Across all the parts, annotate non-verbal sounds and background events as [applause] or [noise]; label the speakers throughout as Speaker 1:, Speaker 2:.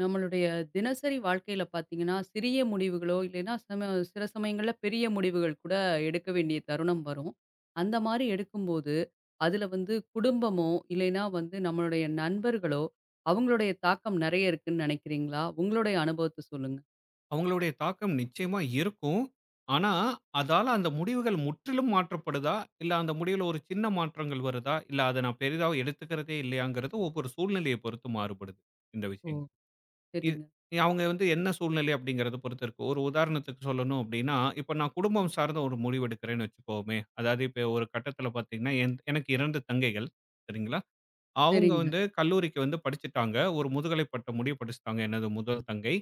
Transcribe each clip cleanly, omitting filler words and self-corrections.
Speaker 1: நம்மளுடைய தினசரி வாழ்க்கையில பார்த்தீங்கன்னா, சிறிய முடிவுகளோ இல்லைன்னா சில சமயங்கள்ல பெரிய முடிவுகள் கூட எடுக்க வேண்டிய தருணம் வரும். அந்த மாரி எடுக்கும்போது, அதுல வந்து குடும்பமோ, இல்லைன்னா வந்து நம்மளுடைய நண்பர்களோ, அவங்களுடைய தாக்கம் நெறைய இருக்குன்னு நெனைக்கிறீங்களா? உங்களுடைய அனுபவத்த சொல்லுங்க.
Speaker 2: அவங்களுடைய தாக்கம் நிச்சயமா இருக்கும். ஆனா, அதால அந்த முடிவுகள் முற்றிலும் மாற்றப்படுதா? இல்ல அந்த முடிவுல ஒரு சின்ன மாற்றங்கள் வருதா? இல்ல அத நான் பெரிதா எடுத்துக்கிறதே இல்லையாங்கிறது ஒவ்வொரு சூழ்நிலைய பொறுத்து மாறுபடுது, இந்த
Speaker 1: ஓ!
Speaker 2: விஷயங்கள். இது
Speaker 1: சரிங்க,
Speaker 2: அவங்க வந்து என்ன சூழ்நிலை அப்படிங்கிறத பொறுத்து இருக்கு. ஒரு உதாரணத்துக்கு சொல்லணும் அப்படின்னா, இப்ப நான் குடும்பம் சார்ந்த ஒரு முடிவு எடுக்கிறேன்னு வச்சுக்கோமே, அதாவது இப்ப ஒரு கட்டத்தில பார்த்தீங்கன்னா, எனக்கு 2 தங்கைகள், சரிங்களா? அவங்க
Speaker 1: சரிங்க.
Speaker 2: வந்து கல்லூரிக்கு வந்து படிச்சுட்டாங்க. ஒரு முதுகலை பட்டம் முடிய படிச்சுட்டாங்க எனது முதல் தங்கை.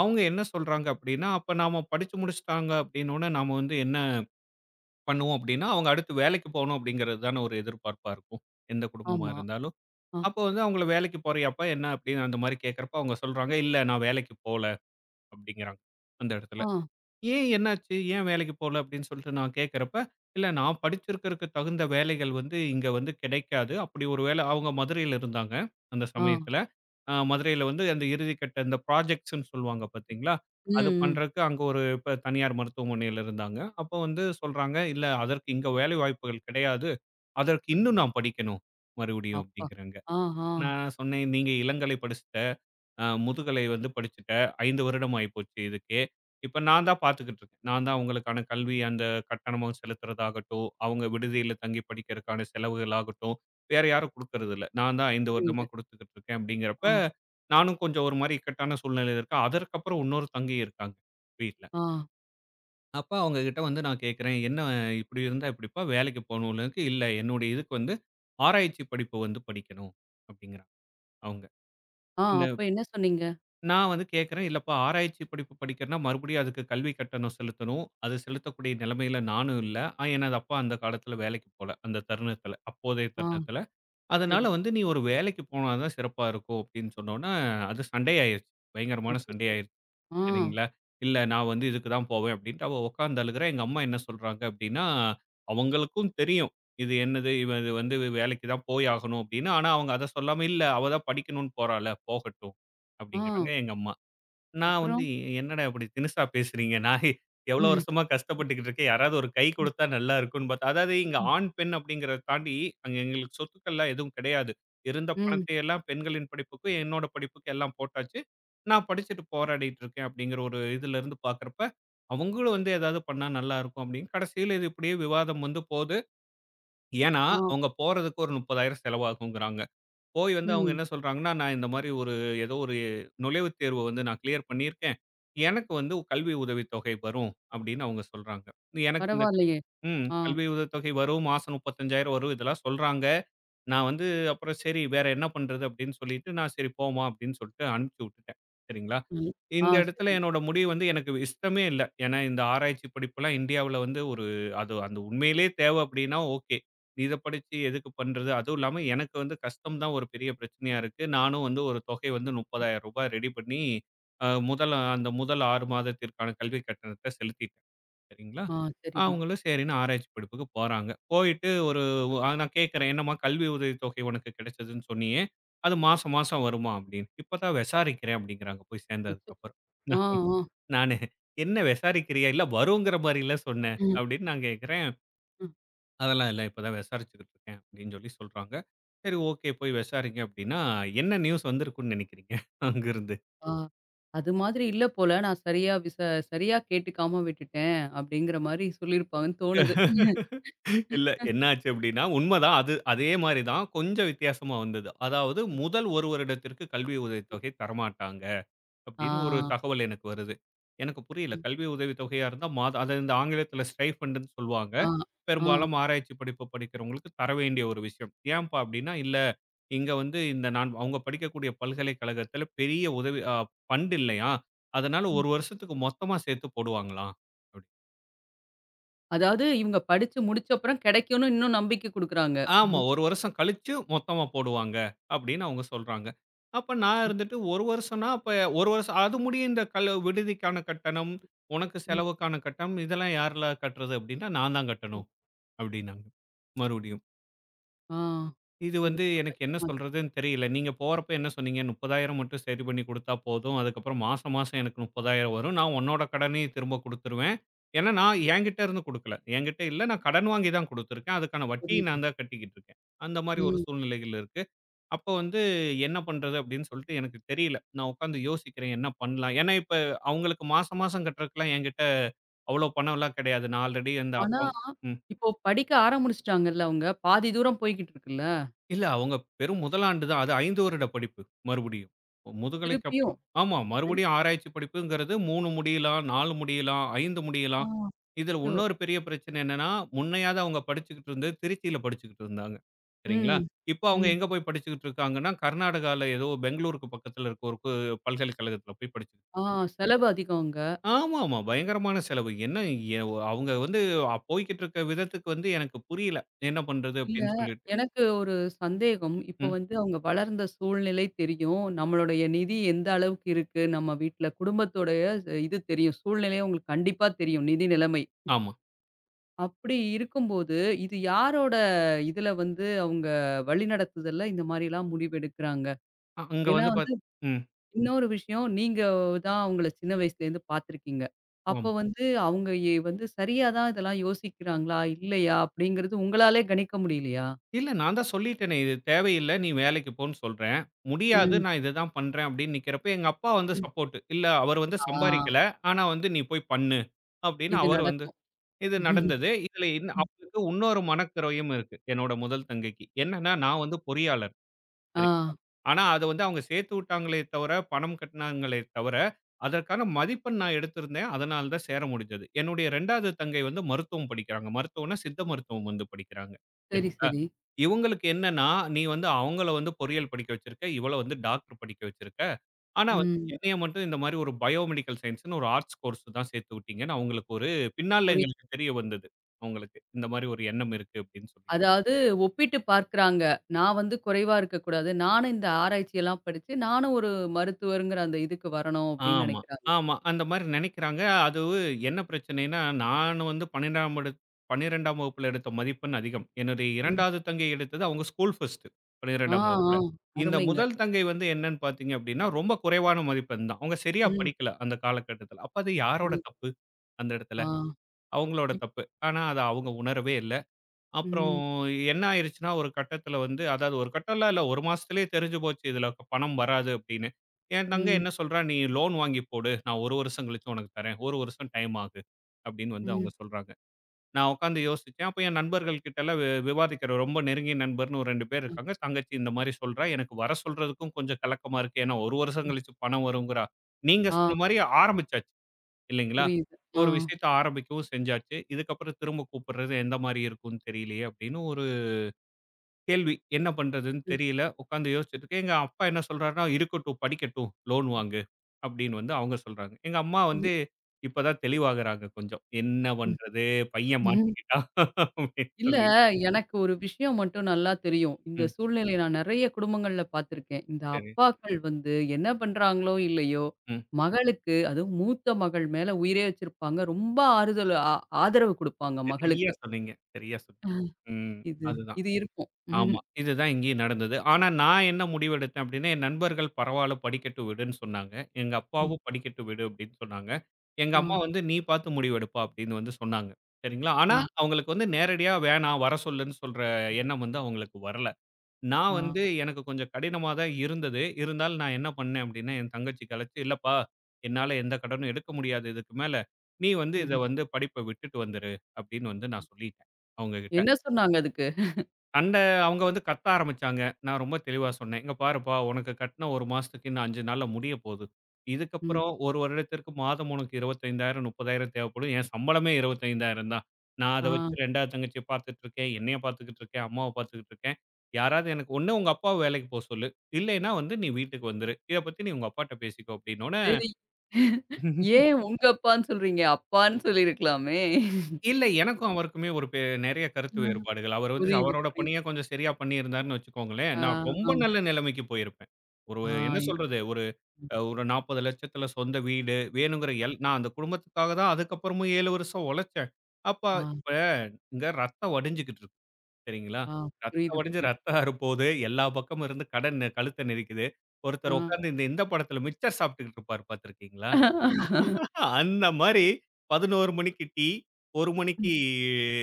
Speaker 2: அவங்க என்ன சொல்றாங்க அப்படின்னா, அப்ப நாம படிச்சு முடிச்சுட்டாங்க அப்படின்னோன நாம வந்து என்ன பண்ணுவோம் அப்படின்னா, அவங்க அடுத்து வேலைக்கு போணும் அப்படிங்கிறது தான ஒரு எதிர்பார்ப்பா இருக்கும். எந்த குடும்பமா
Speaker 1: ஆமா.
Speaker 2: இருந்தாலும்.
Speaker 1: ஆ,
Speaker 2: அப்போ வந்து அவங்கள வேலைக்கு போறியாப்பா என்ன அப்படின்னு அந்த மாரி கேட்கிறப்ப அவங்க சொல்றாங்க, இல்ல நான் வேலைக்கு போல அப்படிங்கிறாங்க அந்த இடத்துல.
Speaker 1: ஆ,
Speaker 2: ஏன் என்னாச்சு? ஏன் வேலைக்கு போல அப்படின்னு சொல்லிட்டு நான் கேட்கிறப்ப, இல்ல நான் படிச்சிருக்கறக்கு தகுந்த வேலைகள் வந்து இங்க வந்து கிடைக்காது. அப்படி ஒரு வேளை அவங்க மதுரையில இருந்தாங்க, அந்த
Speaker 1: ஆ.
Speaker 2: சமயத்துல. மதுரையில வந்து அந்த இறுதிக்கட்ட இந்த ப்ராஜெக்ட்ஸ்ன்னு சொல்லுவாங்க பார்த்தீங்களா?
Speaker 1: ம்,
Speaker 2: அது
Speaker 1: ம்.
Speaker 2: பண்றதுக்கு அங்க ஒரு இப்ப தனியார் மருத்துவமனையில இருந்தாங்க. அப்போ வந்து சொல்றாங்க, இல்ல அதற்கு இங்க வேலை வாய்ப்புகள் கிடையாது. அதற்கு இன்னும் நான் படிக்கணும் மறுபடியும்
Speaker 1: அப்பா!
Speaker 2: அப்படிங்கிறாங்க.
Speaker 1: ஆ, ஆ.
Speaker 2: நான் சொன்னேன், நீங்க இளங்கலை படிச்சுட்ட முதுகலை வந்து படிச்சுட்டேன். 5 வருடம் ஆயிப்போச்சு இதுக்கே. இப்ப நான் தான் பார்த்துக்கிட்டு இருக்கேன். நான் தான் அவங்களுக்கான கல்வி அந்த கட்டணமும் செலுத்துறதாகட்டும், அவங்க விடுதியில தங்கி படிக்கிறக்கான செலவுகளாகட்டும், வேற யாரும் குடுக்கறதில்ல. நான் தான் 5 வருடமா
Speaker 1: புரியுது.
Speaker 2: குடுத்துக்கிட்டு இருக்கேன் அப்படிங்கிறப்ப,
Speaker 1: ஆ,
Speaker 2: நானும் கொஞ்சம் ஒரு மாரி இக்கட்டான சூழ்நிலையில இருக்கேன். அதற்கப்புறம் இன்னொரு தங்கி இருக்காங்க வீட்ல.
Speaker 1: ஆ,
Speaker 2: அப்ப அவங்க கிட்ட வந்து நான் கேட்கிறேன், "என்ன இப்படி இருந்தா எப்படிப்பா வேலைக்கு போகணும்னு" "இல்ல என்னுடைய இதுக்கு வந்து ஆராய்ச்சி படிப்பு வந்து படிக்கணும்" அப்படிங்கிறாங்க அவங்க.
Speaker 1: ஆ.
Speaker 2: இந்த
Speaker 1: அப்ப என்ன சொன்னீங்க?
Speaker 2: நான் வந்து கேட்கிறேன், இல்லப்பா ஆராய்ச்சி படிப்பு படிக்கிறேன்னா, மறுபடியும் அதுக்கு கல்வி கட்டணம் செலுத்தணும். அது செலுத்தக்கூடிய நிலைமையில நானும் இல்ல. எனது அப்பா அந்த காலத்துல வேலைக்கு போல. அந்த தருணத்துல, அப்போதைய
Speaker 1: ஆ,
Speaker 2: தருணத்துல. அதனால
Speaker 1: சரி.
Speaker 2: வந்து நீ ஒரு வேலைக்கு போனா தான் சிறப்பா இருக்கும் அப்படின்னு சொன்னோனே, அது சண்டையாயிருச்சு. பயங்கரமான
Speaker 1: அச்சச்சோ!
Speaker 2: சண்டையாயிருச்சு.
Speaker 1: ஆ,
Speaker 2: சரிங்களா? இல்ல நான் வந்து இதுக்கு தான் போவேன் அப்படின்ட்டு அவ உட்கார்ந்து அழுகுறா. எங்க அம்மா என்ன சொல்றாங்க அப்படின்னா, அவங்களுக்கும் தெரியும். இது என்னது? இவன் இது வந்து வேலைக்கு தான் போய் ஆகணும் அப்படின்னு. ஆனா அவங்க அத சொல்லாம, இல்ல அவ தான் படிக்கணும்னு போறாள, போகட்டும்
Speaker 1: ஆ.
Speaker 2: அப்படிங்கிறாங்க எங்க அம்மா. நான் வந்து
Speaker 1: அப்புறம்?
Speaker 2: என்னடா இப்படி தினுசா பேசுறீங்க? நான் எவ்வளோ
Speaker 1: ம்.
Speaker 2: வருஷமா கஷ்டப்பட்டுக்கிட்டு இருக்கேன். யாராவது ஒரு கை
Speaker 1: ம்.
Speaker 2: குடுத்தா நல்லா இருக்கும்ன்னு பார்த்தா அதாவது இங்க
Speaker 1: ம்.
Speaker 2: ஆண், பெண் அப்படிங்கிறத தாண்டி அங்க எங்களுக்கு சொத்துக்கள்லாம் எதுவும் கிடையாது. இருந்த
Speaker 1: ம்.
Speaker 2: பணத்தை எல்லாம் பெண்களின் படிப்புக்கும், என்னோட படிப்புக்கும் எல்லாம் போட்டாச்சு. நான் படிச்சுட்டு போராடிட்டு இருக்கேன் அப்படிங்கிற ஒரு இதுலருந்து பார்க்குறப்ப, அவங்களும் வந்து ஏதாவது பண்ணா நல்லா இருக்கும் அப்படின்னு. கடைசியில இது இப்படியே விவாதம் வந்து போது. ஏன்னா
Speaker 1: ஆ.
Speaker 2: அவங்க போறதுக்கு ஒரு 30,000 செலவாகுங்கிறாங்க. போய் வந்து அவங்க
Speaker 1: ம்.
Speaker 2: என்ன சொல்றாங்கன்னா, "நான் இந்த மாரி ஒரு ஏதோ ஒரு நுழைவுத் தேர்வு வந்து நான் கிளியர் பண்ணியிருக்கேன். எனக்கு வந்து கல்வி உதவித்தொகை வரும்." அப்படின்னு அவங்க சொல்றாங்க. எனக்கு இந்த
Speaker 1: பரவாயில்லையே!
Speaker 2: ம்.
Speaker 1: ஆ.
Speaker 2: கல்வி உதவித்தொகை வரும். மாசம் 35,000 வரும். இதெல்லாம் சொல்றாங்க. நான் வந்து அப்புறம் சரி வேற என்ன பண்றது அப்படின்னு சொல்லிட்டு நான் சரி போமா அப்படின்னு சொல்லிட்டு அனுப்பிச்சு விட்டுட்டேன். சரிங்களா?
Speaker 1: ம். ஆ
Speaker 2: இந்த இடத்துல
Speaker 1: சரிங்க.
Speaker 2: என்னோட முடிவு வந்து எனக்கு இஷ்டமே இல்ல. ஏன்னா இந்த ஆராய்ச்சி படிப்புலாம் இந்தியாவுல வந்து ஒரு அது அந்த உண்மையிலேயே தேவை அப்படின்னா ஓகே. இத படிச்சு எதுக்கு பண்றது? அதுவும் இல்லாம எனக்கு வந்து கஷ்டம் தான் ஒரு பெரிய பிரச்சனையா இருக்கு. நானும் வந்து ஒரு தொகை வந்து ரூ. 30,000 ரெடி பண்ணி முதல் அந்த முதல் 6 மாதத்திற்கான கல்வி கட்டணத்த செலுத்திட்டேன். சரிங்களா?
Speaker 1: ஆ சரிங்க.
Speaker 2: அவங்களும் சரின்னு ஆராய்ச்சி படிப்புக்கு போறாங்க. போயிட்டு ஒரு நான் கேட்கிறேன், "என்னம்மா கல்வி உதவித்தொகை உனக்கு கிடைச்சதுன்னு சொன்னியே, அது மாசம் மாசம் வருமா?" அப்படின்னு. "இப்பதான் விசாரிக்கிறேன்" அப்படிங்கிறாங்க போய் சேர்ந்ததுக்கு
Speaker 1: அச்சச்சோ!
Speaker 2: அப்புறம். நா
Speaker 1: ஆ, ஆ.
Speaker 2: நானு "என்ன விசாரிக்கிறியா? இல்ல வருங்கிற மாரில்ல சொன்ன"
Speaker 1: ம்.
Speaker 2: அப்படின்னு நான் கேட்கிறேன்.
Speaker 1: ம்.
Speaker 2: "அதெல்லாம் இல்ல, இப்பதான் விசாரிச்சுக்கிட்டு இருக்கேன்" அப்படின்னு சொல்லி சொல்றாங்க. சரி ஓகே போய் விசாரிங்க அப்படின்னா, என்ன நியூஸ் வந்திருக்கும்னு நினைக்கிறீங்க? அங்கிருந்து.
Speaker 1: ஆ. அது மாதிரி இல்ல போல. நான் சரியா சரியா கேட்டுக்காம விட்டுட்டேன். அப்படிங்கிற மாரி சொல்லியிருப்பாங்கன்னு தோணுது.
Speaker 2: இல்ல என்னாச்சு அப்படின்னா, உண்மதான். அது அதே மாரி தான். கொஞ்சம் வித்தியாசமா வந்தது. அதாவது முதல் 1 வருடத்திற்கு கல்வி உதவித்தொகை தரமாட்டாங்க அப்படின்னு ஒரு
Speaker 1: ஆ.
Speaker 2: தகவல் எனக்கு வருது. எனக்கு புரியல.
Speaker 1: ம்.
Speaker 2: கல்வி உதவித்தொகையா இருந்தா மாதம் அத இந்த ஆங்கிலத்தில ஸ்டைஃபண்டுன்னு சொல்லுவாங்க.
Speaker 1: ஆ. ஆ.
Speaker 2: பெரும்பாலும் ஆராய்ச்சி படிப்பு படிக்கிறவங்களுக்கு தர வேண்டிய ஒரு விஷயம். ஏன்ப்பா அப்படின்னா, இல்ல இங்க வந்து இந்த நான் அவங்க படிக்கக்கூடிய பல்கலைக்கழகத்தில பெரிய உதவி ஃபண்ட் இல்லையாம். அதனால
Speaker 1: ம்.
Speaker 2: 1 வருஷத்துக்கு மொத்தமா சேர்த்து போடுவாங்களாம். அப்படி
Speaker 1: அதாவது இவங்க படிச்சு முடிச்ச அப்புறம் கிடைக்கும்னு இன்னும் நம்பிக்கை குடுக்குறாங்க.
Speaker 2: ஆமா.
Speaker 1: ம்.
Speaker 2: 1 வருஷம் கழிச்சு மொத்தமா போடுவாங்க அப்படின்னு அவங்க சொல்றாங்க. அப்ப நான் இருந்துட்டு 1 வருஷம்னா, அப்ப 1 வருஷம் அது முடிய இந்த விடுதிக்கான கட்டணம், உனக்கு
Speaker 1: ம்.
Speaker 2: செலவுக்கான கட்டணம் இதெல்லாம் யார்ல கட்டுறது அப்படின்னா, நான் தான்
Speaker 1: ம்.
Speaker 2: கட்டணும் அப்படின்னாங்க. மறுபடியும்.
Speaker 1: ஆ.
Speaker 2: இது
Speaker 1: இது
Speaker 2: வந்து
Speaker 1: ரொம்ப
Speaker 2: எனக்கு என்ன
Speaker 1: கஷ்டமாச்சே!
Speaker 2: சொல்றதுன்னு தெரியல. நீங்க போறப்ப என்ன சொன்னீங்க? 30,000 மட்டும் சரி பண்ணி குடுத்தா போதும். அதுக்கப்புறம் மாசம், மாசம் எனக்கு 30,000 வரும். நான் உன்னோட கடனையும் திரும்ப குடுத்துருவேன். ஏன்னா, நான் என்கிட்ட இருந்து குடுக்கல. என்கிட்ட இல்ல. நான் கடன் வாங்கி தான் குடுத்துருக்கேன். அதுக்கான வட்டிய
Speaker 1: புரியுது.
Speaker 2: நான் தான் கட்டிக்கிட்டு இருக்கேன். அந்த மாரி ஒரு
Speaker 1: ம்.
Speaker 2: சூழ்நிலைகள் இருக்கு. அப்போ வந்து என்ன பண்றது அப்படின்னு சொல்லிட்டு எனக்கு தெரியல. நான் உட்காந்து யோசிக்கிறேன் என்ன பண்ணலாம்? ஏன்னா, இப்ப அவங்களுக்கு மாசம், மாசம் கட்டுறதுக்குலாம் என்கிட்ட அவ்வளோ பணம்லாம் கிடையாது. நான் ஆல்ரெடி அந்த
Speaker 1: ஆனா,
Speaker 2: அப்பா ம்.
Speaker 1: இப்போ படிக்க ஆரம்பிச்சுட்டாங்கல்ல அவங்க. பாதி தூரம் போய்க்கிட்டு இருக்குல்ல.
Speaker 2: இல்ல. அவங்க வெறும் முதலாண்டு தான். அது 5 வருட படிப்பு மறுபடியும். முதுகலைக்கு
Speaker 1: திருப்பியும்
Speaker 2: அப்புறம் ஆமா.
Speaker 1: அந்-
Speaker 2: மறுபடியும் ஆராய்ச்சி படிப்புங்கிறது 3 முடியலாம், 4 முடியலாம், 5
Speaker 1: ஆ
Speaker 2: முடியலாம். இதில
Speaker 1: அச்சோ!
Speaker 2: இன்னொரு பெரிய பிரச்சனை என்னன்னா, முன்னையாவது அவங்க படிச்சுக்கிட்டு இருந்தது திருச்சியில படிச்சுக்கிட்டு இருந்தாங்க. சரிங்களா?
Speaker 1: ம்.
Speaker 2: இப்ப அவங்க
Speaker 1: ம்.
Speaker 2: எங்க போய் படிச்சுக்கிட்டு இருக்காங்கன்னா, கர்நாடகால ஏதோ பெங்களூருக்கு பக்கத்தில இருக்க ஒரு பல்கலைக்கழகத்தில போய் படிச்சுக்கிட்டு
Speaker 1: ஆ
Speaker 2: இருக்காங்க.
Speaker 1: செலவு அதிகம் அங்க.
Speaker 2: ஆமாமா. பயங்கரமான செலவு. என்ன எ அவங்க வந்து போய்க்கிட்டு இருக்க விதத்துக்கு வந்து எனக்கு புரியல. என்ன பண்றது
Speaker 1: இல்ல,
Speaker 2: அப்படின்னு சொல்லிட்டு.
Speaker 1: எனக்கு ஒரு சந்தேகம். இப்போ
Speaker 2: ம்.
Speaker 1: வந்து அவங்க வளர்ந்த சூழ்நிலை தெரியும். நம்மளுடைய நிதி எந்த அளவுக்கு இருக்கு, நம்ம வீட்ல குடும்பத்தோடைய இது தெரியும். சூழ்நிலை அவங்களுக்கு கண்டிப்பா தெரியும், நிதி நிலைமை.
Speaker 2: ஆமா.
Speaker 1: அப்படி இருக்கும்போது, இது யாரோட இதுல வந்து அவங்க வழிநடத்துதல்ல இந்த மாரிலாம் முடிவெடுக்குறாங்க?
Speaker 2: அங்க
Speaker 1: ஏன்னா
Speaker 2: வந்து பாத் ம்.
Speaker 1: இன்னொரு விஷயம், நீங்க தான் அவங்கள சின்ன வயசுலேருந்து பார்த்துருக்கீங்க. அப்போ
Speaker 2: ஆமா.
Speaker 1: வந்து அவங்க வந்து சரியா தான் இதெல்லாம் யோசிக்கிறாங்களா? இல்லையா? அப்படிங்கிறது உங்களாலே கணிக்க முடியலையா?
Speaker 2: இல்ல நான் தான் சொல்லிட்டேனே, "இது தேவையில்ல. நீ வேலைக்கு போன்னு" சொல்றேன். முடியாது.
Speaker 1: ம்,
Speaker 2: நான் இத தான் பண்றேன் அப்படின்னு நிக்கிறப்ப, எங்க அப்பா வந்து
Speaker 1: ம்.
Speaker 2: சப்போர்ட். இல்ல அவர் வந்து
Speaker 1: ஆ
Speaker 2: சம்பாரிக்கல. ஆனா வந்து "நீ போய் பண்ணு" அப்படின்னு
Speaker 1: இது
Speaker 2: அவர் வந்து
Speaker 1: நடக்கும்.
Speaker 2: இது நடந்தது. இதுல அவங்களுக்கு இன்னொரு மனக்குறையும் இருக்கு. என்னோட முதல் தங்கைக்கு. என்னன்னா, நான் வந்து பொறியாளர்.
Speaker 1: ஆ
Speaker 2: ஆனா, அத வந்து அவங்க சேர்த்து விட்டாங்களே தவிர, பணம் கட்டினாங்களே தவிர, அதற்கான மதிப்பெண் நான் எடுத்திருந்தேன். அதனால தான் சேர முடிஞ்சது. என்னுடைய 2வது தங்கை வந்து மருத்துவம் படிக்கிறாங்க. மருத்துவம்னா சித்த மருத்துவம் வந்து படிக்கிறாங்க.
Speaker 1: சரி,
Speaker 2: சரிங்களா?
Speaker 1: சரி.
Speaker 2: இவங்களுக்கு என்னன்னா, நீ வந்து அவங்கள வந்து பொறியியல் படிக்க வச்சிருக்க, இவள வந்து டாக்டர் படிக்க வச்சிருக்க. ஆனா வந்து
Speaker 1: ம்.
Speaker 2: என்னைய மட்டும் இந்த மாரி ஒரு பயோமெடிக்கல் சயன்ஸ்ன்னு ஒரு ஆர்ட்ஸ் கோர்ஸ் தான் சேர்த்து விட்டீங்கன்னு அவங்களுக்கு ஒரு பின்னால
Speaker 1: புரியுது.
Speaker 2: எங்களுக்கு தெரிய வந்தது. அவங்களுக்கு இந்த மாரி ஒரு எண்ணம் இருக்கு அப்படின்னு சொல்லி.
Speaker 1: அதாவது ஒப்பிட்டு பார்க்குறாங்க. நான் வந்து குறைவா இருக்கக்கூடாது. நானும் இந்த ஆராய்ச்சியெல்லாம் படிச்சு, நானும் ஒரு மருத்துவர்ங்கிற அந்த இதுக்கு வரணும் அப்படின்னு
Speaker 2: ஆமா,
Speaker 1: நினைக்கிறாங்க.
Speaker 2: ஆமா. அந்த மாரி நெனைக்கிறாங்க. அது என்ன பிரச்சனைன்னா, நான் வந்து 12ஆம் வகுப்புல எடுத்த மதிப்பெண் அதிகம். என்னுடைய
Speaker 1: ம்.
Speaker 2: 2வது தங்கை எடுத்தது அவங்க ஸ்கூல் ஃபர்ஸ்ட்டு
Speaker 1: ஆ,
Speaker 2: 12ஆம்
Speaker 1: ஆ
Speaker 2: வகுப்புல. இந்த
Speaker 1: அருமைங்க.
Speaker 2: முதல் தங்கை வந்து என்னன்னு பார்த்தீங்க அப்டின்னா, ரொம்ப குறைவான மதிப்பெண் தான். அவங்க சரியா
Speaker 1: ம்.
Speaker 2: படிக்கல அந்த காலகட்டத்தில. அப்ப அது யாரோட
Speaker 1: புரியுது.
Speaker 2: தப்பு? அந்த இடத்துல.
Speaker 1: ஆ.
Speaker 2: அவங்களோட
Speaker 1: இப்
Speaker 2: தப்பு. ஆனா, அத அவங்க உணரவே இல்ல. அப்புறம்
Speaker 1: ம்,
Speaker 2: என்ன ஆயிருச்சுன்னா, ஒரு கட்டத்தில வந்து அதாவது ஒரு கட்டம்லாம் இல்ல. 1 மாசத்திலேயே தெரிஞ்சு போச்சு இதுல பணம் வராது அப்படின்னு. என் தங்கை
Speaker 1: ம்,
Speaker 2: என்ன சொல்றா, "நீ லோன் வாங்கி போடு. நான் 1 வருஷம் கழிச்சு உனக்கு தரேன். 1 வருஷம் டைம் ஆகு." அப்படின்னு வந்து அவங்க
Speaker 1: ம்.
Speaker 2: சொல்றாங்க. நான் உட்காந்து யோசிச்சேன். அப்ப என் நண்பர்கள் கிட்டலாம் விவாதிக்கிறேன். ரொம்ப நெருங்கிய நண்பர்ன்னு ஒரு 2 பேர்
Speaker 1: அ.
Speaker 2: இருக்காங்க. தங்கச்சி இந்த மாரி சொல்றா. எனக்கு வர சொல்றதுக்கும் கொஞ்சம் கலக்கமா இருக்கு. ஏன்னா 1 வருஷம் கழிச்சு பணம் வருங்கிறா. நீங்க
Speaker 1: ஆ,
Speaker 2: சொன்ன மாரி ஆரம்பிச்சாச்சு. இல்லைங்களா?
Speaker 1: புரியுது. ஆ.
Speaker 2: ஒரு விஷயத்த ஆரம்பிக்கவும் செஞ்சாச்சு. இதுக்கப்புறம் திரும்ப கூப்பிடுறது எந்த மாரி இருக்கும்னு தெரியலையே அப்படின்னு ஒரு கேள்வி. என்ன பண்றதுன்னு
Speaker 1: ம்.
Speaker 2: தெரியல. உட்காந்து யோசிச்சுட்டு இருக்கேன். எங்க அப்பா என்ன சொல்றாருன்னா, "இருக்கட்டும் படிக்கட்டும். லோன் வாங்கு." அப்படின்னு வந்து அவங்க சொல்றாங்க. எங்க அம்மா
Speaker 1: இது
Speaker 2: வந்து இப்ப தான் தெளிவாகுறாங்க கொஞ்சம். என்ன
Speaker 1: ம்.
Speaker 2: பண்றது? பையன்
Speaker 1: ம்.
Speaker 2: மாட்டிக்கிட்டான் அப்படின்னு
Speaker 1: இல்ல,
Speaker 2: சொல்லி.
Speaker 1: எனக்கு ஒரு விஷயம் மட்டும் நல்லா தெரியும். இந்த
Speaker 2: ம்.
Speaker 1: சூழ்நிலைய நான் நெறைய குடும்பங்கள்ல பார்த்துருக்கேன். இந்த
Speaker 2: சரி.
Speaker 1: அப்பாக்கள் வந்து என்ன பண்றாங்களோ, இல்லையோ,
Speaker 2: ம்.
Speaker 1: மகளுக்கு அதுவும் மூத்த மகள் மேல உயிரே வச்சிருப்பாங்க. ரொம்ப ஆறுதல் ஆ ஆதரவு குடுப்பாங்க
Speaker 2: சரியா
Speaker 1: மகளுக்கு.
Speaker 2: சொன்னீங்க. சரியா சொன்னீங்க. ம்.
Speaker 1: இது
Speaker 2: அதுதான்.
Speaker 1: இது இருக்கும்.
Speaker 2: ஆமா.
Speaker 1: ம்.
Speaker 2: இதுதான் இங்கேயும் நடந்தது. ஆனா நான் என்ன முடிவெடுத்தேன் அப்டின்னா, என் நண்பர்கள் பரவால்ல படிக்கட்டு விடுன்னு சொன்னாங்க. எங்க
Speaker 1: ம்.
Speaker 2: அப்பாவும் படிக்கட்டு விடு அப்டின்னு சொன்னாங்க. எங்க
Speaker 1: ஆ,
Speaker 2: அம்மா வந்து நீ பார்த்து முடிவெடுப்பா அப்டின்னு வந்து சொன்னாங்க. சரிங்களா? ஆனா
Speaker 1: ஆ,
Speaker 2: அவங்களுக்கு வந்து நேரடியா வேணாம் வர சொல்லுன்னு சொல்ற எண்ணம் வந்து அவங்களுக்கு வரல. நான்
Speaker 1: ஆ.
Speaker 2: வந்து எனக்கு கொஞ்சம் கடினமா தான் இருந்தது. இருந்தாலும் நான் என்ன பண்ணேன் அப்டின்னா, என் தங்கச்சிக்கு அழைச்சு இல்லப்பா என்னால எந்த கடனும் எடுக்க முடியாது இதுக்கு மேல. நீ வந்து இத
Speaker 1: சரி.
Speaker 2: வந்து படிப்ப விட்டுட்டு வந்துரு அப்டின்னு வந்து நான் சொல்லிட்டேன் அவங்க கிட்ட.
Speaker 1: என்ன சொன்னாங்க அதுக்கு?
Speaker 2: சண்ட அவங்க வந்து கத்த ஆரம்பிச்சாங்க. நான் ரொம்ப தெளிவா சொன்னேன். "இங்க பாருப்பா! உனக்கு கட்ன 1 மாசத்துக்கு இன்னும் 5 நாள்ல முடிய போது.
Speaker 1: ம்.
Speaker 2: இதுக்கப்புறம் 1 வருடத்திற்கு மாதம் உனக்கு 25,000, 30,000 தேவைப்படும். என் சம்பளமே 25,000 தான். நான் அத
Speaker 1: ஆ,
Speaker 2: வச்சு 2வது தங்கச்சிய பார்த்துட்டு இருக்கேன். என்னைய பார்த்துக்கிட்டு இருக்கேன். அம்மாவ பார்த்துக்கிட்டு இருக்கேன். யாராவது எனக்கு ஒண்ணு உங்க அப்பாவ வேலைக்கு போ சொல்லு. இல்லைன்னா வந்து நீ வீட்டுக்கு வந்துரு. இத பத்தி நீ உங்க அப்பாட்ட பேசிக்கோ" அப்டின்னோன
Speaker 1: சரி. ஏன் உங்க அப்பான்னு சொல்றீங்க? அப்பான்னு சொல்லியிருக்கலாமே!
Speaker 2: இல்ல. எனக்கும் அவருக்குமே ஒரு நெறைய கருத்து வேறுபாடுகள். அவரு வந்து ம்.
Speaker 1: புரியுது,
Speaker 2: அவரோட
Speaker 1: புரியுது.
Speaker 2: பணிய கொஞ்சம் சரியா பண்ணியிருந்தாருன்னு வச்சுக்கோங்களேன்,
Speaker 1: ஆ,
Speaker 2: நான் ரொம்ப
Speaker 1: ஆ,
Speaker 2: ம். நல்ல நிலைமைக்கு போயிருப்பேன். ஒரு
Speaker 1: ஆ,
Speaker 2: என்ன
Speaker 1: இது
Speaker 2: சொல்றது? ஒரு ஒரு 40,00,000-ல சொந்த வீடு வேணுங்கிற நான் அந்த குடும்பத்துக்காக தான் அதுக்கப்புறமும் 7 வருஷம் உழைச்சேன். அப்ப
Speaker 1: ஆ,
Speaker 2: இப்ப இங்க ரத்தம் வடிஞ்சுகிட்டு இருக்கு. சரிங்களா?
Speaker 1: ஆ,
Speaker 2: ரத்தம்
Speaker 1: புரியுது,
Speaker 2: வடிஞ்சு
Speaker 1: புரியுது.
Speaker 2: ரத்தம் ஆறப்போது. எல்லா பக்கமும் இருந்து கட நெ கழுத்த நெரிக்குது.
Speaker 1: ஆ.
Speaker 2: ஒருத்தர் உட்கார்ந்து இந்த இந்த படத்துல மிக்சர் சாப்பிட்டுக்கிட்டு இருப்பாரு பார்த்திருக்கீங்களா? அந்த மாரி 11 மணிக்கு டீ, 1 மணிக்கு
Speaker 1: ம்,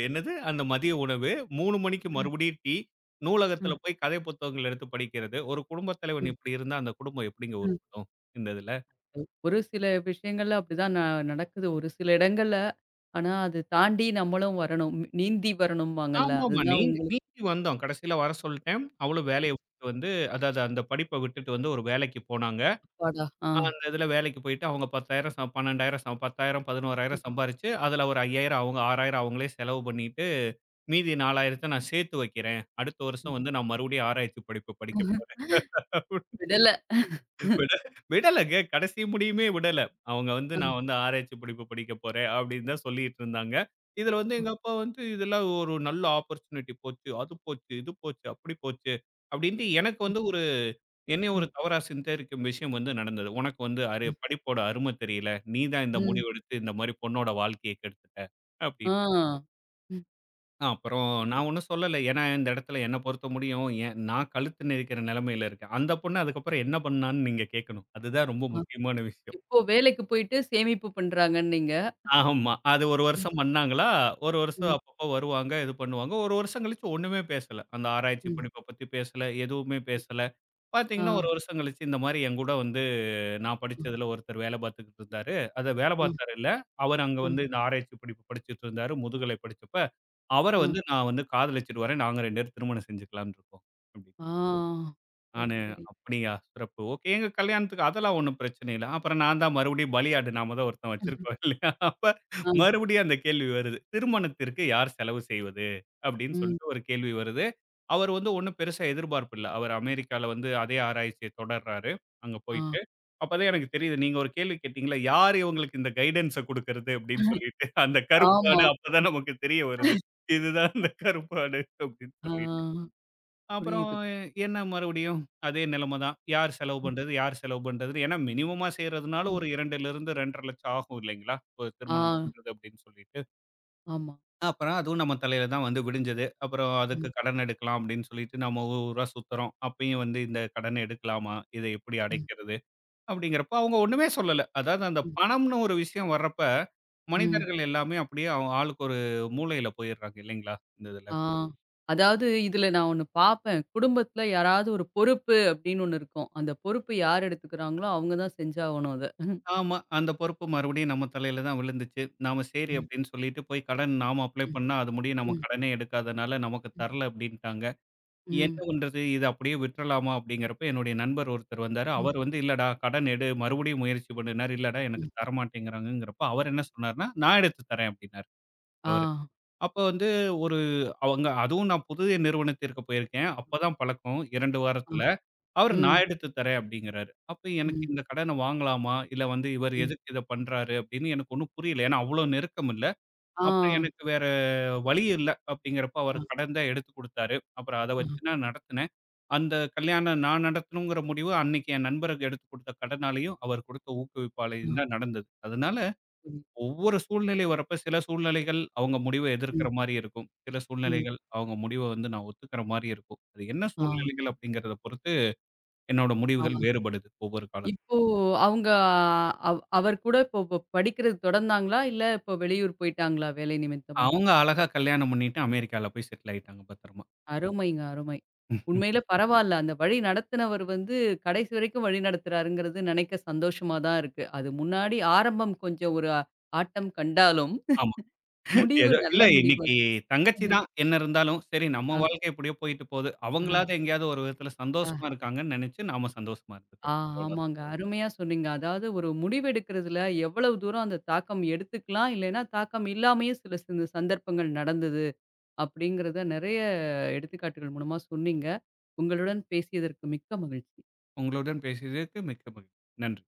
Speaker 2: என்னது? அந்த மதிய உணவு, 3 மணிக்கு மறுபடியும் டீ, நூலகத்துல
Speaker 1: ம்,
Speaker 2: போய் கதை புத்தகங்கள் எடுத்து படிக்கிறது. ஒரு குடும்பத் தலைவன்
Speaker 1: ம்,
Speaker 2: இப்படி இருந்தா, அந்த குடும்பம் எப்படிங்க
Speaker 1: ம்.
Speaker 2: உருப்படும்? இந்த இதுல.
Speaker 1: ஒரு சில விஷயங்கள்ல அப்படிதான் நடக்குது. ஒரு சில இடங்கள்ல. ஆனா, அது தாண்டி நம்மளும் வரணும். நீந்தி வரணும்பாங்கல்ல.
Speaker 2: ஆமாமா.
Speaker 1: அதுதான் உங்களுக்கு
Speaker 2: நீந்தி வந்தோம். கடைசியில வர சொல்ட்டேன். அவளும் வேலைய விட்டுட்டு வந்து அதாவது அந்த படிப்ப விட்டுட்டு வந்து ஒரு வேலைக்கு போனாங்க.
Speaker 1: அப்பாடா! ஆ.
Speaker 2: அந்த இதுல வேலைக்கு போயிட்டு அவங்க 10,000 சம் 12,000 சம் 10,000
Speaker 1: ம்,
Speaker 2: 11,000 சம்பாரிச்சு, அதுல ஒரு 5,000 அவங்க 6,000 அவங்களே செலவு பண்ணிட்டு, மீதி 4,000த்த நான் சேர்த்து வைக்கிறேன். அடுத்த வருஷம்
Speaker 1: ம்.
Speaker 2: வந்து நான் மறுபடியும் ஆராய்ச்சி படிப்பு படிக்க போறேன்.
Speaker 1: விடல.
Speaker 2: விட விடலங்க. கடைசி முடியுமே விடல. அவங்க வந்து
Speaker 1: ஆ,
Speaker 2: நான் வந்து ஆராய்ச்சி படிப்பு படிக்க போறேன் அப்படின்னு தான் சொல்லிட்டு இருந்தாங்க. இதுல வந்து
Speaker 1: ஆ,
Speaker 2: எங்க அப்பா வந்து இதெல்லாம் ஒரு நல்ல ஆப்பர்ச்சுனிட்டி போச்சு. அது போச்சு, இது போச்சு, அப்படி போச்சு. அப்படின்ட்டு எனக்கு
Speaker 1: ஆ,
Speaker 2: வந்து என்னைய ஒரு
Speaker 1: ம்,
Speaker 2: தவறா சித்தரிக்கும் விஷயம் வந்து நடந்தது. "உனக்கு வந்து அரு
Speaker 1: ம்.
Speaker 2: படிப்போட அரும தெரியல. நீ தான் இந்த முடிவெடுத்து இந்த மாரி பொண்ணோட வாழ்க்கைய கெடுத்துட்ட"
Speaker 1: ஆ.
Speaker 2: அப்படின்னு.
Speaker 1: ம்.
Speaker 2: அப்புறம் நான் ஒண்ணும் சொல்லல. ஏன்னா இந்த இடத்துல என்ன பொறுத்த முடியும். ஏன் நான் கழுத்து நெரிக்கிற நிலைமையில இருக்கேன். அந்த பொண்ணு அதுக்கப்புறம் என்ன பண்ணான்னு நீங்க கேட்கணும். அதுதான் ரொம்ப
Speaker 1: ஆ.
Speaker 2: முக்கியமான விஷயம்.
Speaker 1: இப்போ வேலைக்கு போயிட்டு சேமிப்பு பண்றாங்கன்னீங்க.
Speaker 2: ஆமா. அது 1
Speaker 1: ம்,
Speaker 2: வருஷம் பண்ணாங்களா, 1 வருஷம்
Speaker 1: ம்,
Speaker 2: அப்பப்போ வருவாங்க, இது பண்ணுவாங்க. 1 வருஷம் கழிச்சு ஒண்ணுமே பேசல. அந்த ஆராய்ச்சி
Speaker 1: ம்.
Speaker 2: படிப்ப பத்தி பேசல, எதுவுமே பேசல.
Speaker 1: ஆ,
Speaker 2: பார்த்தீங்கன்னா
Speaker 1: ஆ,
Speaker 2: 1 வருஷம் கழிச்சு இந்த மாரி என் கூட வந்து நான் படிச்சதுல ஒருத்தர் வேலை பார்த்துக்கிட்டு இருந்தாரு. அத வேலை
Speaker 1: ஆ,
Speaker 2: பார்த்தாரு இல்ல. அவரு அங்க
Speaker 1: ஆ,
Speaker 2: வந்து இந்த ஆராய்ச்சி படிப்பு படிச்சுட்டு இருந்தாரு. முதுகலை படிச்சப்ப அவர
Speaker 1: ஆ.
Speaker 2: வந்து நான் வந்து காதலிச்சுட்டு வரேன். நாங்க 2 பேரும் திருமணம் செஞ்சுக்கலாம்னு இருக்கோம்.
Speaker 1: ஆ. சரி,
Speaker 2: நானு
Speaker 1: சரி.
Speaker 2: அப்படியா! சிறப்பு. ஓகே. எங்க கல்யாணத்துக்கு அதெல்லாம் ஒண்ணும் பிரச்சனை இல்ல. அப்புறம் நான் தான் மறுபடியும் பலியாடு நாம தான் ஒருத்தன் வச்சிருக்கோம்
Speaker 1: [laughs]
Speaker 2: [laughs] இல்லையா? அப்ப
Speaker 1: ஆ,
Speaker 2: மறுபடியும் அந்த கேள்வி வருது. "திருமணத்திற்கு யார் செலவு செய்வது?" அப்படின்னு
Speaker 1: ம்.
Speaker 2: சொல்லிட்டு ஒரு கேள்வி வருது. அவர் வந்து ஒண்ணும் பெருசா எதிர்பார்ப்பு இல்ல. அவர் அமெரிக்கால வந்து அதே ஆராய்ச்சிய தொடர்றாரு. அங்க
Speaker 1: ஆ.
Speaker 2: போயிட்டு. அப்பதான் எனக்கு தெரியுது. நீங்க ஒரு கேள்வி கேட்டீங்கல்ல, "யார் இவங்களுக்கு இந்த கைடன்ஸ குடுக்கறது?" அப்படின்னு சொல்லிட்டு. அந்த கருப்பு
Speaker 1: ஆமா.
Speaker 2: ஆடு அப்பதான் நமக்கு தெரிய வருது. இதுதான் அந்த கருப்பு ஆடு அப்படின்னு
Speaker 1: ஆ
Speaker 2: சொல்லி. அப்புறம்
Speaker 1: புரியுது.
Speaker 2: என்ன மறுபடியும் அதே நிலைமை தான். யார் செலவு
Speaker 1: ம்,
Speaker 2: பண்றது? யார் செலவு பண்றதுன்னு? ஏன்னா மினிமமா செய்றதுனால
Speaker 1: ம்.
Speaker 2: ஒரு 2லிருந்து 2.5 லட்சம் ஆகும் இல்லைங்களா? ஒரு
Speaker 1: ஆ,
Speaker 2: திருமணம் பண்றது அப்படின்னு சொல்லிட்டு.
Speaker 1: ஆமா.
Speaker 2: அப்புறம் அதுவும் நம்ம தலையில தான் வந்து விடிஞ்சது. அப்புறம் அதுக்கு
Speaker 1: ம்,
Speaker 2: கடன் எடுக்கலாம் அப்படின்னு சொல்லிட்டு நம்ம ஊர் ஊரா சுத்துறோம். அப்பயும் வந்து இந்த கடன எடுக்கலாமா? இத எப்படி
Speaker 1: ம்,
Speaker 2: அடைக்கிறது? அப்படிங்கிறப்போ அவங்க ஒண்ணுமே சொல்லல. அதாவது அந்த
Speaker 1: ம்,
Speaker 2: பணம்னு ஒரு விஷயம் வர்றப்ப,
Speaker 1: ம்.
Speaker 2: மனிதர்கள் எல்லாமே அப்படியே அவ ஆளுக்கு ஒரு மூலையில போயிடுறாங்க இல்லைங்களா? இந்த இதுல.
Speaker 1: ஆ. அதாவது இதுல நான் ஒண்ணு பார்ப்பேன். குடும்பத்துல யாராவது ஒரு பொறுப்பு அப்படின்னு ஒண்ணு இருக்கும். அந்த பொறுப்பு யார் எடுத்துக்கிறாங்களோ அவங்க தான் செஞ்சாகணும் அத. ம்,
Speaker 2: ஆமா. அந்த பொறுப்பு மறுபடியும் நம்ம தலையில தான் விழுந்துச்சு. நாம சரி
Speaker 1: ம்,
Speaker 2: அப்படின்னு சொல்லிட்டு போய் கடன் நாம அப்ளை
Speaker 1: ம்,
Speaker 2: பண்ணா, அது முடிய நம்ம
Speaker 1: ம்,
Speaker 2: கடனே எடுக்காதனால நமக்கு தரல அப்படின்ட்டாங்க. என்ன
Speaker 1: ம்,
Speaker 2: பண்றது? இத அப்படியே விட்டுறலாமா? அப்படிங்கிறப்ப என்னுடைய நண்பர் ஒருத்தர் வந்தாரு.
Speaker 1: ம்,
Speaker 2: அவர் வந்து இல்லடா கடன் எடு மறுபடியும் முயற்சி பண்ணுனாரு. இல்லடா எனக்கு
Speaker 1: ம்.
Speaker 2: தரமாட்டேங்கிறாங்கங்கிறப்ப அவர் என்ன சொன்னாருன்னா, நான் எடுத்து தரேன் அப்படின்னாரு
Speaker 1: ஆ,
Speaker 2: அவரு. அப்ப வந்து ஒரு அவங்க அதுவும் நான் புதிய நிறுவனத்திற்கு போயிருக்கேன். அப்பதான் பழக்கம் 2
Speaker 1: ஆ.
Speaker 2: வாரத்துல. அவரு
Speaker 1: ம்,
Speaker 2: நான் எடுத்து தரேன் அப்படிங்கிறாரு. அப்ப எனக்கு
Speaker 1: ம்,
Speaker 2: இந்த கடன வாங்கலாமா? இல்ல வந்து இவரு
Speaker 1: ம்.
Speaker 2: எதுக்கு இத பண்றாரு அப்படின்னு எனக்கு ஒண்ணும் புரியல. ஏன்னா அவ்வளோ நெருக்கம் இல்ல.
Speaker 1: ஆ,
Speaker 2: அப்புறம் எனக்கு வேற வழி இல்ல அப்படிங்கிறப்ப
Speaker 1: ஆ,
Speaker 2: அவரு கடன் தான் எடுத்து குடுத்தாரு. அப்புறம் அத
Speaker 1: ஆ,
Speaker 2: வச்சு நான் நடத்துனேன். அந்த கல்யாணம் நான் நடத்தணுங்கிற முடிவு அன்னைக்கு என் நண்பருக்கு எடுத்து குடுத்த கடனாலயும், அவர் குடுத்த ஊக்குவிப்பாலயும்
Speaker 1: ஆ.
Speaker 2: தான் நடந்தது. அதனால
Speaker 1: புரியுது.
Speaker 2: ஒவ்வொரு சூழ்நிலை வரப்ப சில சூழ்நிலைகள் அவங்க முடிவ
Speaker 1: ம்,
Speaker 2: எதிர்க்கிற மாரி இருக்கும். சில
Speaker 1: ம்.
Speaker 2: சூழ்நிலைகள் அவங்க முடிவ வந்து நான் ஒத்துக்கிற மாரி இருக்கும். அது என்ன
Speaker 1: ஆ,
Speaker 2: சூழ்நிலைகள் அப்படிங்கிறத பொறுத்து என்னோட
Speaker 1: ஆ.
Speaker 2: முடிவுகள் வேறுபடுது ஒவ்வொரு காலம்.
Speaker 1: இப்போ அவங்க அவர் கூட இப்போ படிக்கிறது தொடர்ந்தாங்களா? இல்ல இப்போ வெளியூர் போயிட்டாங்களா வேலை நிமித்தமா?
Speaker 2: அவங்க அழகா கல்யாணம் பண்ணிட்டு அமெரிக்கால போய் செட்டில் ஆயிட்டாங்க பத்திரமா.
Speaker 1: அருமைங்க, அருமை.
Speaker 2: ம்.
Speaker 1: உண்மையில பரவால்ல. அந்த வழி நடத்துனவர் வந்து கடைசி வரைக்கும் வழி நடத்துறாருங்கிறது நினைக்க சந்தோஷமா தான் இருக்கு. அது முன்னாடி ஆரம்பம் கொஞ்சம் ஒரு ஆட்டம் கண்டாலும்,
Speaker 2: ஆமா.
Speaker 1: முடிவு
Speaker 2: ஏதோ
Speaker 1: நல்ல
Speaker 2: இல்ல
Speaker 1: முடிவு.
Speaker 2: இன்னைக்கு தங்கச்சி தான் என்ன இருந்தாலும், சரி நம்ம
Speaker 1: ஆ,
Speaker 2: வாழ்க்கை எப்படியோ போயிட்டு போகுது.
Speaker 1: ஆ,
Speaker 2: அவங்களாவது எங்கேயாவது ஒரு விதத்துல
Speaker 1: ஆ,
Speaker 2: சந்தோஷமா இருக்காங்கன்னு நெனைச்சு நாம சந்தோஷமா
Speaker 1: ஆ
Speaker 2: இருந்துக்கிறோம். அவ்வளோதான்.
Speaker 1: ஆமாங்க. அருமையா சொன்னீங்க. அதாவது ஒரு முடிவெடுக்கிறதுல எவ்வளவு தூரம் அந்த தாக்கம் எடுத்துக்கலாம், இல்லைன்னா தாக்கம் இல்லாமயே சில சில சந்தர்ப்பங்கள் நடந்தது. அப்படிங்கிறத நிறைய எடுத்துக்காட்டுகள் மூலமா சொன்னீங்க. உங்களுடன் பேசியதற்கு மிக்க மகிழ்ச்சி.
Speaker 2: உங்களுடன் பேசியதற்கு மிக்க மகிழ்ச்சி. நன்றி.